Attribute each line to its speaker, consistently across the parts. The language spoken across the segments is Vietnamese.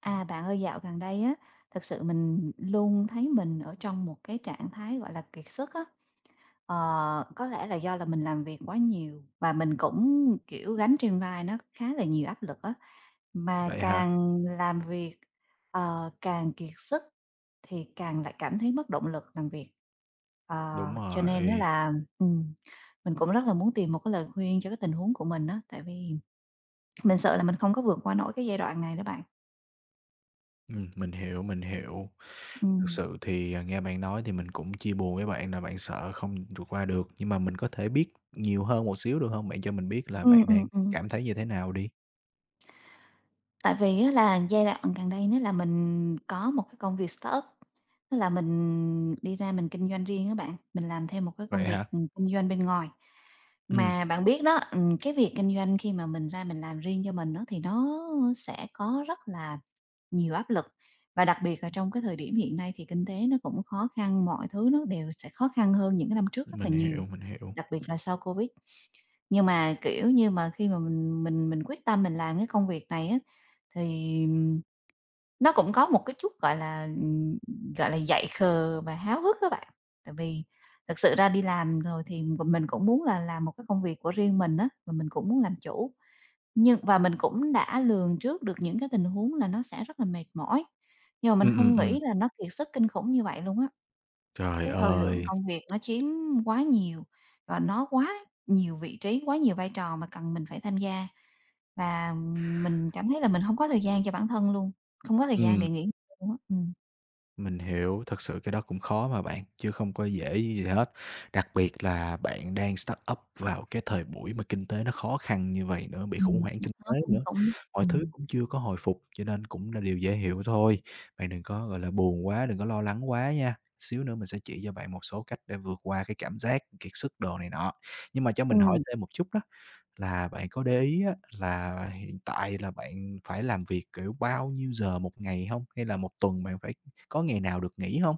Speaker 1: À, bạn ơi, dạo gần đây á, thực sự mình luôn thấy mình ở trong một cái trạng thái, gọi là, kiệt sức á. Ờ, có lẽ là do là mình làm việc quá nhiều và mình cũng, kiểu, gánh trên vai nó khá là nhiều áp lực á, mà
Speaker 2: Vậy hả?
Speaker 1: càng làm việc, càng kiệt sức thì càng lại cảm thấy mất động lực làm việc. Ờ,
Speaker 2: Đúng
Speaker 1: cho nên đó
Speaker 2: rồi,
Speaker 1: là ừm, mình cũng rất là muốn tìm một cái lời khuyên cho cái tình huống của mình á, tại vì mình sợ là mình không có vượt qua nổi cái giai đoạn này đó bạn.
Speaker 2: mình hiểu, mình hiểu. Thực
Speaker 1: Ừm.
Speaker 2: sự thì, nghe bạn nói thì mình cũng chia buồn với bạn là bạn sợ không vượt qua được, nhưng mà mình có thể biết nhiều hơn một xíu được không? Bạn cho mình biết là
Speaker 1: Ừm,
Speaker 2: bạn
Speaker 1: ừm,
Speaker 2: đang
Speaker 1: ừm.
Speaker 2: cảm thấy như thế nào đi.
Speaker 1: Tại vì á là giai đoạn gần đây nó là mình có một cái công việc startup, tức là mình đi ra mình kinh doanh riêng các bạn, mình làm thêm một cái công
Speaker 2: Vậy hả?
Speaker 1: việc, kinh doanh bên ngoài.
Speaker 2: Ừm,
Speaker 1: Mà bạn biết đó, cái việc kinh doanh khi mà mình ra mình làm riêng cho mình đó thì nó sẽ có rất là nhiều áp lực, và đặc biệt là trong cái thời điểm hiện nay thì kinh tế nó cũng khó khăn, mọi thứ nó đều sẽ khó khăn hơn những cái năm trước rất là
Speaker 2: mình
Speaker 1: nhiều,
Speaker 2: hiểu, mình hiểu.
Speaker 1: đặc biệt là sau Covid. Nhưng mà, kiểu như, mà khi mà mình quyết tâm mình làm cái công việc này á thì nó cũng có một cái chút, gọi là, dại khờ và háo hức các bạn. Tại vì thực sự ra đi làm rồi thì mình cũng muốn là làm một cái công việc của riêng mình á, và mình cũng muốn làm chủ, nhưng và mình cũng đã lường trước được những cái tình huống là nó sẽ rất là mệt mỏi, nhưng mà mình
Speaker 2: Ừm, ừm,
Speaker 1: không
Speaker 2: ừm.
Speaker 1: nghĩ là nó kiệt sức kinh khủng như vậy luôn á.
Speaker 2: Trời
Speaker 1: Cái thời lượng
Speaker 2: ơi!
Speaker 1: công việc nó chiếm quá nhiều và nó quá nhiều vị trí, quá nhiều vai trò mà cần mình phải tham gia. Và mình cảm thấy là mình hông có thời gian cho bản thân luôn, không có thời gian để
Speaker 2: Ừm.
Speaker 1: nghỉ ngơi luôn á. Ừm.
Speaker 2: Mình hiểu, thật sự cái đó cũng khó mà bạn, chứ không có dễ gì hết. Đặc biệt là bạn đang start up vào cái thời buổi mà kinh tế nó khó khăn như vậy nữa, bị khủng
Speaker 1: Ừm,
Speaker 2: hoảng kinh
Speaker 1: nó
Speaker 2: tế
Speaker 1: kinh
Speaker 2: nữa,
Speaker 1: khủng.
Speaker 2: mọi thứ
Speaker 1: Ừm.
Speaker 2: cũng chưa có hồi phục, cho nên cũng là điều dễ hiểu thôi. Bạn đừng có, gọi là, buồn quá, đừng có lo lắng quá nha, xíu nữa mình sẽ chỉ cho bạn một số cách để vượt qua cái cảm giác kiệt sức đồ này nọ. Nhưng mà cho mình hỏi
Speaker 1: Ừm.
Speaker 2: thêm một chút đó, là bạn có để ý á, là hiện tại là bạn phải làm việc, kiểu, bao nhiêu giờ một ngày hông? Hay là một tuần bạn phải có ngày nào được nghỉ hông?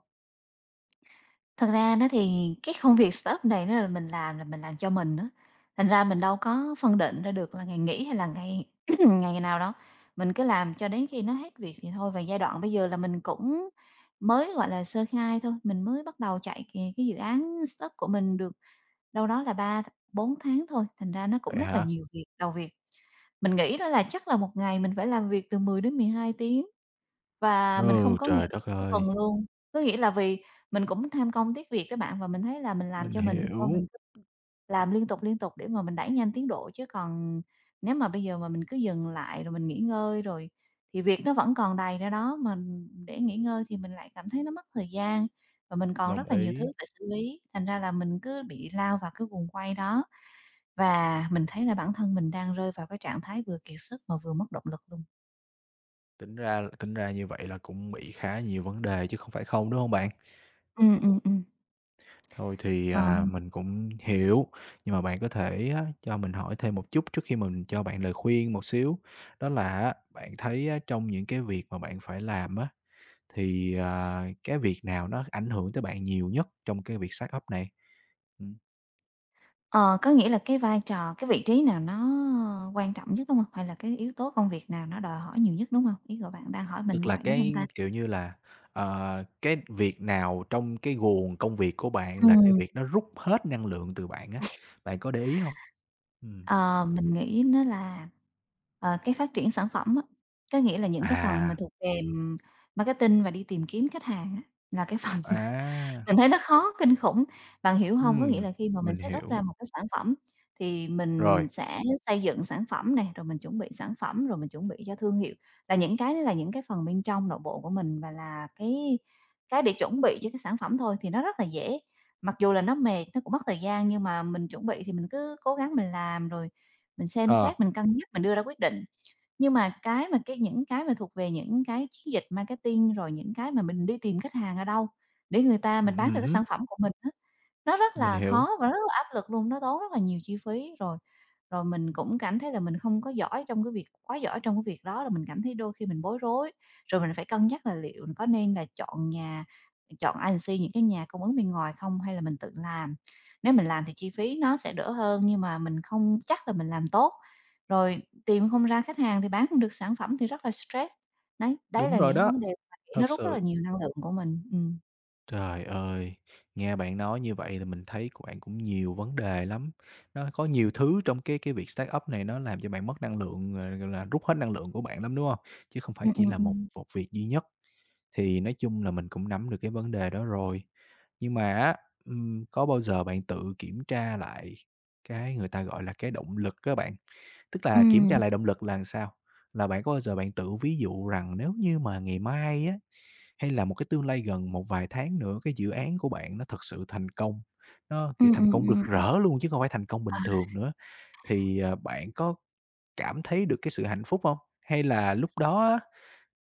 Speaker 1: Thật ra nó thì cái công việc startup này nó là mình làm cho mình á, thành ra mình đâu có phân định ra được là ngày nghỉ hay là ngày ngày nào đâu. Mình cứ làm cho đến khi nó hết việc thì thôi, và giai đoạn bây giờ là mình cũng mới, gọi là, sơ khai thôi, mình mới bắt đầu chạy cái dự án startup của mình được đâu đó là 3 th 4 tháng thôi, thành ra nó cũng
Speaker 2: Vậy
Speaker 1: rất là
Speaker 2: hả?
Speaker 1: nhiều việc, đầu việc. Mình nghĩ đó là chắc là một ngày mình phải làm việc từ 10 đến 12 tiếng và mình không
Speaker 2: Ừ,
Speaker 1: có ngày
Speaker 2: trời
Speaker 1: nghỉ
Speaker 2: đất
Speaker 1: cuối
Speaker 2: ơi!
Speaker 1: tuần luôn. Có nghĩa là vì mình cũng tham công tiếc việc các bạn, và mình thấy là mình làm
Speaker 2: Mình
Speaker 1: cho mình thì thôi
Speaker 2: hiểu,
Speaker 1: mình cứ làm liên tục để mà mình đẩy nhanh tiến độ, chứ còn nếu mà bây giờ mà mình cứ dừng lại rồi mình nghỉ ngơi rồi thì việc nó vẫn còn đầy ra đó, mà để nghỉ ngơi thì mình lại cảm thấy nó mất thời gian. Và mình còn
Speaker 2: đồng
Speaker 1: rất là nhiều thứ
Speaker 2: ý.
Speaker 1: phải xử lý, thành ra là mình cứ bị lao vào cái guồng quay đó, và mình thấy là bản thân mình đang rơi vào cái trạng thái vừa kiệt sức mà vừa mất động lực luôn.
Speaker 2: Tính ra như vậy là cũng bị khá nhiều vấn đề chứ không phải không, đúng hông bạn?
Speaker 1: Ừm, ừm, ừm.
Speaker 2: Thôi thì,
Speaker 1: Ờ,
Speaker 2: mình cũng hiểu, nhưng mà bạn có thể á cho mình hỏi thêm một chút trước khi mình cho bạn lời khuyên một xíu. Đó là á, bạn thấy á trong những cái việc mà bạn phải làm á, thì, cái việc nào nó ảnh hưởng tới bạn nhiều nhất trong cái việc startup này? Ừm,
Speaker 1: ờ, có nghĩa là cái vai trò, cái vị trí nào nó quan trọng nhất, đúng không? Hay là cái yếu tố công việc nào nó đòi hỏi nhiều nhất, đúng không? Ý của bạn đang hỏi mình
Speaker 2: tức
Speaker 1: như
Speaker 2: là
Speaker 1: vậy, đúng không
Speaker 2: cái,
Speaker 1: ta?
Speaker 2: kiểu như là, cái việc nào trong cái guồng công việc của bạn là cái
Speaker 1: Ừm.
Speaker 2: việc nó rút hết năng lượng từ bạn á, bạn có để ý không? Ừm,
Speaker 1: Ờ, mình nghĩ nó là, cái phát triển sản phẩm á, có nghĩa là những cái phần mà
Speaker 2: à,
Speaker 1: thuộc về, marketing và đi tìm kiếm khách hàng á, là cái phần mà
Speaker 2: à,
Speaker 1: mình thấy nó khó kinh khủng, bạn hiểu hông? Có nghĩa
Speaker 2: ừm,
Speaker 1: là khi mà mình
Speaker 2: mình
Speaker 1: set up
Speaker 2: hiểu,
Speaker 1: ra một cái sản phẩm thì mình
Speaker 2: rồi,
Speaker 1: sẽ xây dựng sản phẩm nè, rồi mình chuẩn bị sản phẩm, rồi mình chuẩn bị cho thương hiệu, là những cái đó là những cái phần bên trong nội bộ của mình và là cái để chuẩn bị cho cái sản phẩm thôi thì nó rất là dễ. Mặc dù là nó mệt, nó cũng mất thời gian nhưng mà mình chuẩn bị thì mình cứ cố gắng mình làm rồi mình xem
Speaker 2: ờ,
Speaker 1: xét, mình cân nhắc, mình đưa ra quyết định. Nhưng mà cái những cái mà thuộc về những cái chiến dịch marketing, rồi những cái mà mình đi tìm khách hàng ở đâu để người ta mình bán được
Speaker 2: ừm,
Speaker 1: cái
Speaker 2: ừm
Speaker 1: sản phẩm của mình á, nó rất
Speaker 2: mình
Speaker 1: là
Speaker 2: hiểu,
Speaker 1: khó và rất là áp lực luôn, nó tốn rất là nhiều chi phí. Rồi rồi mình cũng cảm thấy là mình không có giỏi trong cái việc quá giỏi trong cái việc đó, là mình cảm thấy đôi khi mình bối rối. Rồi mình phải cân nhắc là liệu có nên là chọn nhà chọn agency, những cái nhà cung ứng bên ngoài không hay là mình tự làm. Nếu mình làm thì chi phí nó sẽ đỡ hơn nhưng mà mình không chắc là mình làm tốt. Rồi tìm không ra khách hàng thì bán không được sản phẩm thì rất là stress. Đấy, đấy
Speaker 2: đúng
Speaker 1: là
Speaker 2: rồi
Speaker 1: những
Speaker 2: đó,
Speaker 1: vấn đề mà nghĩ nó
Speaker 2: thật
Speaker 1: rút rất
Speaker 2: sự.
Speaker 1: là nhiều năng lượng của mình. Ừm.
Speaker 2: Trời ơi, nghe bạn nói như vậy là mình thấy của bạn cũng nhiều vấn đề lắm. Nó có nhiều thứ trong cái việc start up này nó làm cho bạn mất năng lượng, gọi là, rút hết năng lượng của bạn lắm, đúng không? Chứ không phải
Speaker 1: Ừm,
Speaker 2: chỉ
Speaker 1: ừm,
Speaker 2: là một
Speaker 1: ừm.
Speaker 2: một việc duy nhất. Thì nói chung là mình cũng nắm được cái vấn đề đó rồi, nhưng mà á, có bao giờ bạn tự kiểm tra lại cái người ta gọi là cái động lực á bạn? Tức là kiểm tra
Speaker 1: Ừm.
Speaker 2: lại động lực là làm sao? Là bạn có bao giờ bạn tự ví dụ rằng nếu như mà ngày mai á, hay là một cái tương lai gần một vài tháng nữa cái dự án của bạn nó thật sự thành công, nó, kiểu,
Speaker 1: Ừm,
Speaker 2: thành
Speaker 1: ừm,
Speaker 2: công rực
Speaker 1: ừm, ừm.
Speaker 2: rỡ luôn chứ không phải thành công bình thường nữa thì, bạn có cảm thấy được cái sự hạnh phúc không? Hay là lúc đó á,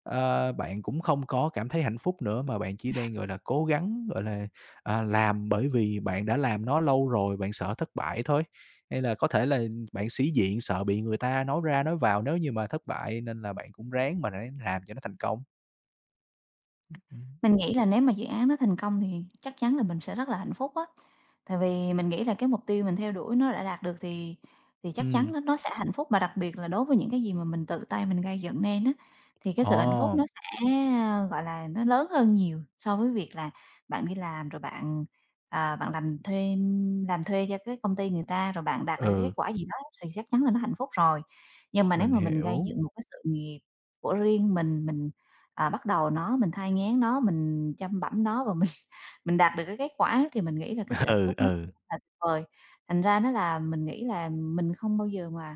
Speaker 2: bạn cũng không có cảm thấy hạnh phúc nữa mà bạn chỉ đang, gọi là, cố gắng, gọi là, làm bởi vì bạn đã làm nó lâu rồi, bạn sợ thất bại thôi? Hay là có thể là bạn sĩ diện, sợ bị người ta nói ra nói vào nếu như mà thất bại nên là bạn cũng ráng mà ráng làm cho nó thành công? Ừm, ừm.
Speaker 1: Mình nghĩ là nếu mà dự án nó thành công thì chắc chắn là mình sẽ rất là hạnh phúc á. Tại vì mình nghĩ là cái mục tiêu mình theo đuổi nó đã đạt được thì chắc chắn nó sẽ hạnh phúc, mà đặc biệt là đối với những cái gì mà mình tự tay mình gây dựng nên á, thì cái
Speaker 2: Ồ,
Speaker 1: sự hạnh phúc nó sẽ, a, gọi là, nó lớn hơn nhiều so với việc là bạn đi làm rồi bạn, à, bạn làm thuê cho cái công ty người ta, rồi bạn đạt được cái kết
Speaker 2: ừ,
Speaker 1: quả gì đó thì chắc chắn là nó hạnh phúc rồi. Nhưng mà nếu
Speaker 2: mình
Speaker 1: mà mình gây
Speaker 2: hiểu.
Speaker 1: dựng một cái sự nghiệp của riêng mình à, bắt đầu nó, mình thai nghén nó, mình chăm bẵm nó và mình mình đạt được cái kết quả thì mình nghĩ là cái sự hạnh
Speaker 2: Ừ,
Speaker 1: phúc nó sẽ
Speaker 2: ừ,
Speaker 1: rất là tuyệt vời. Thành ra nó là mình nghĩ là mình không bao giờ mà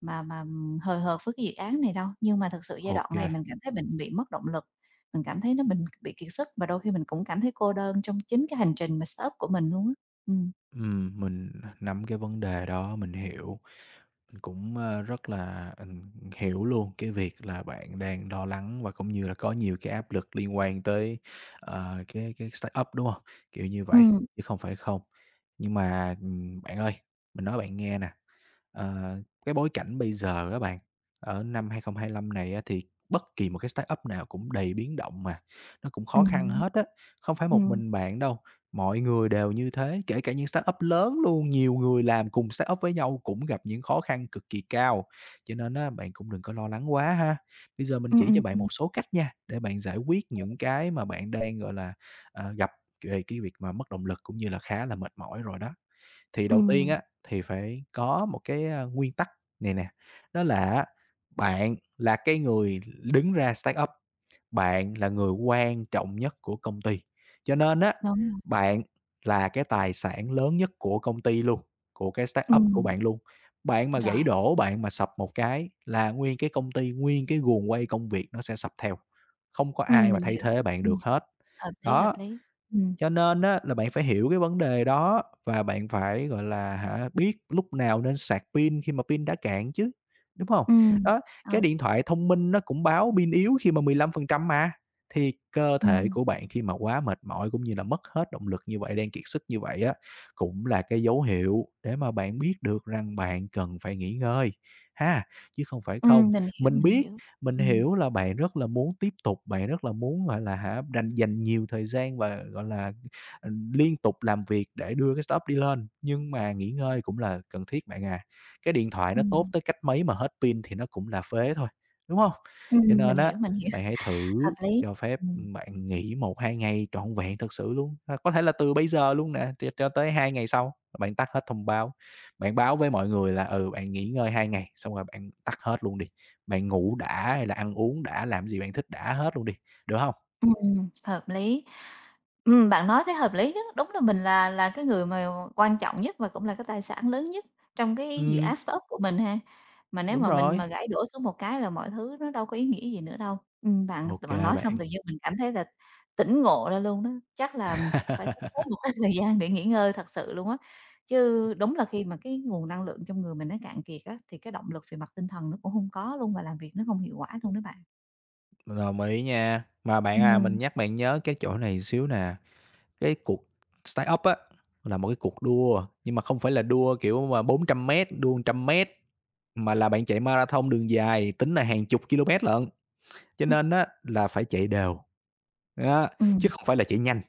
Speaker 1: mà mà hời hợt với cái dự án này đâu, nhưng mà thực sự giai
Speaker 2: ok
Speaker 1: đoạn
Speaker 2: kê.
Speaker 1: này mình cảm thấy mình bị mất động lực, mình cảm thấy nó mình bị kiệt sức và đôi khi mình cũng cảm thấy cô đơn trong chính cái hành trình mà startup của mình luôn á. Ừm.
Speaker 2: Mình nắm cái vấn đề đó, mình hiểu. Cũng, rất là, hiểu luôn cái việc là bạn đang lo lắng và cũng như là có nhiều cái áp lực liên quan tới, cái startup, đúng không? Kiểu như vậy,
Speaker 1: Ừm, ừm,
Speaker 2: chứ không phải không. Nhưng mà, bạn ơi, mình nói bạn nghe nè. Ờ, cái bối cảnh bây giờ các bạn, ở năm 2025 này á thì bất kỳ một cái startup nào cũng đầy biến động mà, nó cũng khó
Speaker 1: đúng.
Speaker 2: khăn hết á. Không phải một
Speaker 1: Ừm.
Speaker 2: mình bạn đâu, mọi người đều như thế, kể cả những startup lớn luôn, nhiều người làm cùng startup với nhau cũng gặp những khó khăn cực kỳ cao. Cho nên á, bạn cũng đừng có lo lắng quá ha. Bây giờ mình
Speaker 1: Ừm,
Speaker 2: chỉ cho
Speaker 1: ừm,
Speaker 2: bạn
Speaker 1: ừm.
Speaker 2: một số cách nha, để bạn giải quyết những cái mà bạn đang, gọi là, gặp về cái việc mà mất động lực cũng như là khá là mệt mỏi rồi đó. Thì đầu tiên
Speaker 1: Ừm,
Speaker 2: á, thì phải có một cái, nguyên tắc này nè, đó là bạn là cái người đứng ra start up, bạn là người quan trọng nhất của công ty, cho nên á,
Speaker 1: đúng rồi.
Speaker 2: bạn là cái tài sản lớn nhất của công ty luôn, của cái start up của
Speaker 1: Ừm,
Speaker 2: bạn luôn. Bạn mà
Speaker 1: rồi.
Speaker 2: gãy đổ, bạn mà sập một cái là nguyên cái công ty, nguyên cái guồng quay công việc nó sẽ sập theo, không có ai mà
Speaker 1: Mình
Speaker 2: thay
Speaker 1: hiểu.
Speaker 2: thế bạn
Speaker 1: Ừm,
Speaker 2: được hết.
Speaker 1: hợp lý, hợp
Speaker 2: Đó.
Speaker 1: lý. Ừm.
Speaker 2: Cho nên á là bạn phải hiểu cái vấn đề đó và bạn phải, gọi là, hả, biết lúc nào nên sạc pin khi mà pin đã cạn chứ, đúng không?
Speaker 1: Ừm,
Speaker 2: Đó, cái
Speaker 1: ừ,
Speaker 2: điện thoại thông minh nó cũng báo pin yếu khi mà 15% mà, thì cơ thể
Speaker 1: ừm,
Speaker 2: của bạn khi mà quá mệt mỏi cũng như là mất hết động lực như vậy, đang kiệt sức như vậy á, cũng là cái dấu hiệu để mà bạn biết được rằng bạn cần phải nghỉ ngơi, ha, chứ không phải không.
Speaker 1: mình hiểu,
Speaker 2: Mình
Speaker 1: mình
Speaker 2: biết,
Speaker 1: hiểu.
Speaker 2: mình
Speaker 1: Ừm,
Speaker 2: hiểu là bạn rất là muốn tiếp tục, bạn rất là muốn, gọi là, hả, dành nhiều thời gian và, gọi là, liên tục làm việc để đưa cái startup đi lên, nhưng mà nghỉ ngơi cũng là cần thiết bạn à. Cái điện thoại nó tốt
Speaker 1: ừm,
Speaker 2: tới cách mấy mà hết pin thì nó cũng là phế thôi, đúng không? Cho
Speaker 1: mình
Speaker 2: nên á,
Speaker 1: hiểu, mình hiểu.
Speaker 2: bạn hãy
Speaker 1: Hợp
Speaker 2: thử
Speaker 1: lý,
Speaker 2: cho phép,
Speaker 1: ừm.
Speaker 2: bạn nghỉ một 2 ngày trọn vẹn thực sự luôn, có thể là từ bây giờ luôn nè, cho tới 2 ngày sau, bạn tắt hết thông báo. Bạn báo với mọi người là, ừ, bạn nghỉ ngơi 2 ngày, xong rồi bạn tắt hết luôn đi, bạn ngủ đã hay là ăn uống đã, làm gì bạn thích đã hết luôn đi, được không?
Speaker 1: Hợp lý. Bạn nói thấy hợp lý đó, đúng là mình là cái người mà quan trọng nhất và cũng là cái tài sản lớn nhất trong cái dự
Speaker 2: Ừm,
Speaker 1: án startup của mình ha. Mà nếu
Speaker 2: đúng
Speaker 1: mà mình
Speaker 2: rồi,
Speaker 1: mà gãy đổ xuống một cái là mọi thứ nó đâu có ý nghĩa gì nữa đâu. Bạn
Speaker 2: ok
Speaker 1: bạn nói xong
Speaker 2: bạn.
Speaker 1: tự nhiên mình cảm thấy là tỉnh ngộ ra luôn đó, chắc là phải sắp xếp một cái thời gian để nghỉ ngơi thật sự luôn á. Chứ đúng là khi mà cái nguồn năng lượng trong người mình nó cạn kiệt á, thì cái động lực về mặt tinh thần nó cũng không có luôn và làm việc nó không hiệu quả luôn đó bạn.
Speaker 2: Mình đồng ý nha. Mà bạn à,
Speaker 1: Ừm,
Speaker 2: mình nhắc bạn nhớ cái chỗ này xíu nè, cái cuộc start-up á, là một cái cuộc đua, nhưng mà không phải là đua, kiểu, mà 400 mét đua 100 mét mà là bạn chạy marathon đường dài, tính là hàng chục km lô lận, cho nên á là phải chạy đều, á, chứ
Speaker 1: ừm,
Speaker 2: không phải là chạy nhanh.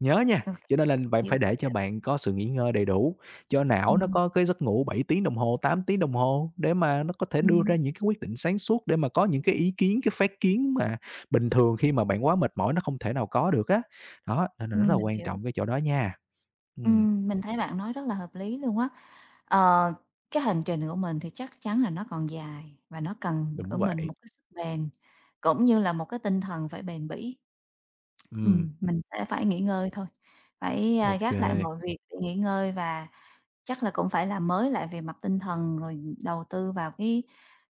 Speaker 2: Nhớ nha,
Speaker 1: ô
Speaker 2: cho nên là bạn
Speaker 1: hiểu.
Speaker 2: phải để cho bạn có sự nghỉ ngơi đầy đủ, cho não nó
Speaker 1: Ừm,
Speaker 2: có cái giấc ngủ 7 tiếng đồng hồ, 8 tiếng đồng hồ để mà nó có thể đưa
Speaker 1: ừm,
Speaker 2: ra những cái quyết định sáng suốt, để mà có những cái ý kiến, cái phát kiến mà bình thường khi mà bạn quá mệt mỏi nó không thể nào có được á. Đó, nên là rất là
Speaker 1: mình
Speaker 2: quan
Speaker 1: hiểu.
Speaker 2: trọng cái chỗ đó nha. Ừm,
Speaker 1: Mình thấy bạn nói rất là hợp lý luôn á. Ờ, cái hành trình của mình thì chắc chắn là nó còn dài và nó cần
Speaker 2: đúng
Speaker 1: ở mình
Speaker 2: vậy.
Speaker 1: một cái sức bền, cũng như là một cái tinh thần phải bền bỉ.
Speaker 2: Ừm,
Speaker 1: Mình sẽ phải nghỉ ngơi thôi, phải,
Speaker 2: ô
Speaker 1: a, gác lại mọi việc để nghỉ ngơi và chắc là cũng phải làm mới lại về mặt tinh thần, rồi đầu tư vào cái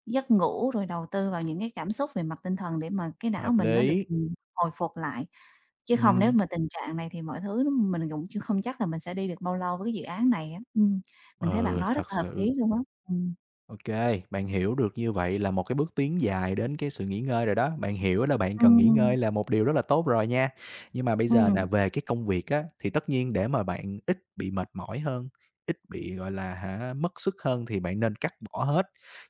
Speaker 1: giấc ngủ, rồi đầu tư vào những cái cảm xúc về mặt tinh thần để mà cái não
Speaker 2: hợp
Speaker 1: mình nó được,
Speaker 2: lý.
Speaker 1: hồi phục lại. Chứ không nếu
Speaker 2: Ừm,
Speaker 1: mà tình trạng này thì mọi thứ nó mình cũng chưa không chắc là mình sẽ đi được bao lâu với cái dự án này á. Mình thấy bạn
Speaker 2: ừ,
Speaker 1: nói rất
Speaker 2: thật
Speaker 1: là hợp lý
Speaker 2: sự.
Speaker 1: luôn á. Ừ.
Speaker 2: OK, bạn hiểu được như vậy là một cái bước tiến dài đến cái sự nghỉ ngơi rồi đó. Bạn hiểu là bạn
Speaker 1: Ừ.
Speaker 2: cần nghỉ ngơi là một điều rất là tốt rồi nha. Nhưng mà bây giờ là
Speaker 1: Ừm,
Speaker 2: về cái công việc á, thì tất nhiên để mà bạn ít bị mệt mỏi hơn, ít bị, gọi là, hả, mất sức hơn thì bạn nên cắt bỏ hết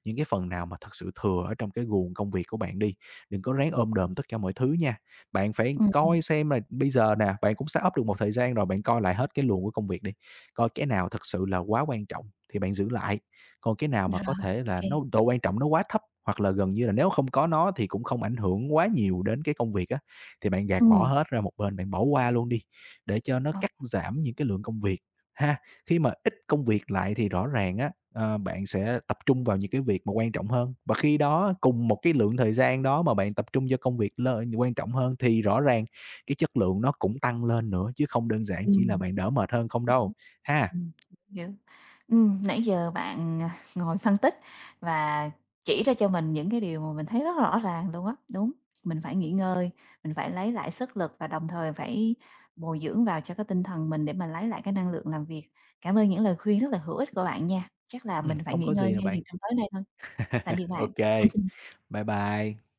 Speaker 2: những cái phần nào mà thật sự thừa ở trong cái guồng công việc của bạn đi. Đừng có ráng ôm đồm tất cả mọi thứ nha. Bạn phải
Speaker 1: ừm,
Speaker 2: coi xem là bây giờ nè, bạn cũng set up được một thời gian rồi, bạn coi lại hết cái luồng của công việc đi. Coi cái nào thật sự là quá quan trọng thì bạn giữ lại. Còn cái nào mà có
Speaker 1: rồi,
Speaker 2: thể
Speaker 1: ok.
Speaker 2: là nó độ quan trọng nó quá thấp, hoặc là gần như là nếu không có nó thì cũng không ảnh hưởng quá nhiều đến cái công việc á, thì bạn
Speaker 1: Ừ.
Speaker 2: gạt bỏ hết ra một bên, bạn bỏ qua luôn đi, để cho nó
Speaker 1: Ô.
Speaker 2: cắt giảm những cái lượng công việc ha. Khi mà ít công việc lại thì rõ ràng á, bạn sẽ tập trung vào những cái việc mà quan trọng hơn, và khi đó cùng một cái lượng thời gian đó mà bạn tập trung cho công việc lơ quan trọng hơn thì rõ ràng cái chất lượng nó cũng tăng lên nữa, chứ không đơn giản chỉ là bạn đỡ mệt hơn không đâu, ha.
Speaker 1: Ừm, hiểu. Nãy giờ bạn, à, ngồi phân tích và chỉ ra cho mình những cái điều mà mình thấy rất rõ ràng luôn á. Đúng, mình phải nghỉ ngơi, mình phải lấy lại sức lực và đồng thời phải bồi dưỡng vào cho cái tinh thần mình để mà lấy lại cái năng lượng làm việc. Cảm ơn những lời khuyên rất là hữu ích của bạn nha. Chắc là mình phải
Speaker 2: Không
Speaker 1: nghỉ
Speaker 2: có
Speaker 1: ngơi
Speaker 2: gì nè
Speaker 1: ngay
Speaker 2: bạn.
Speaker 1: liền trong tối nay thôi. Tạm biệt bạn.
Speaker 2: OK. Bye bye.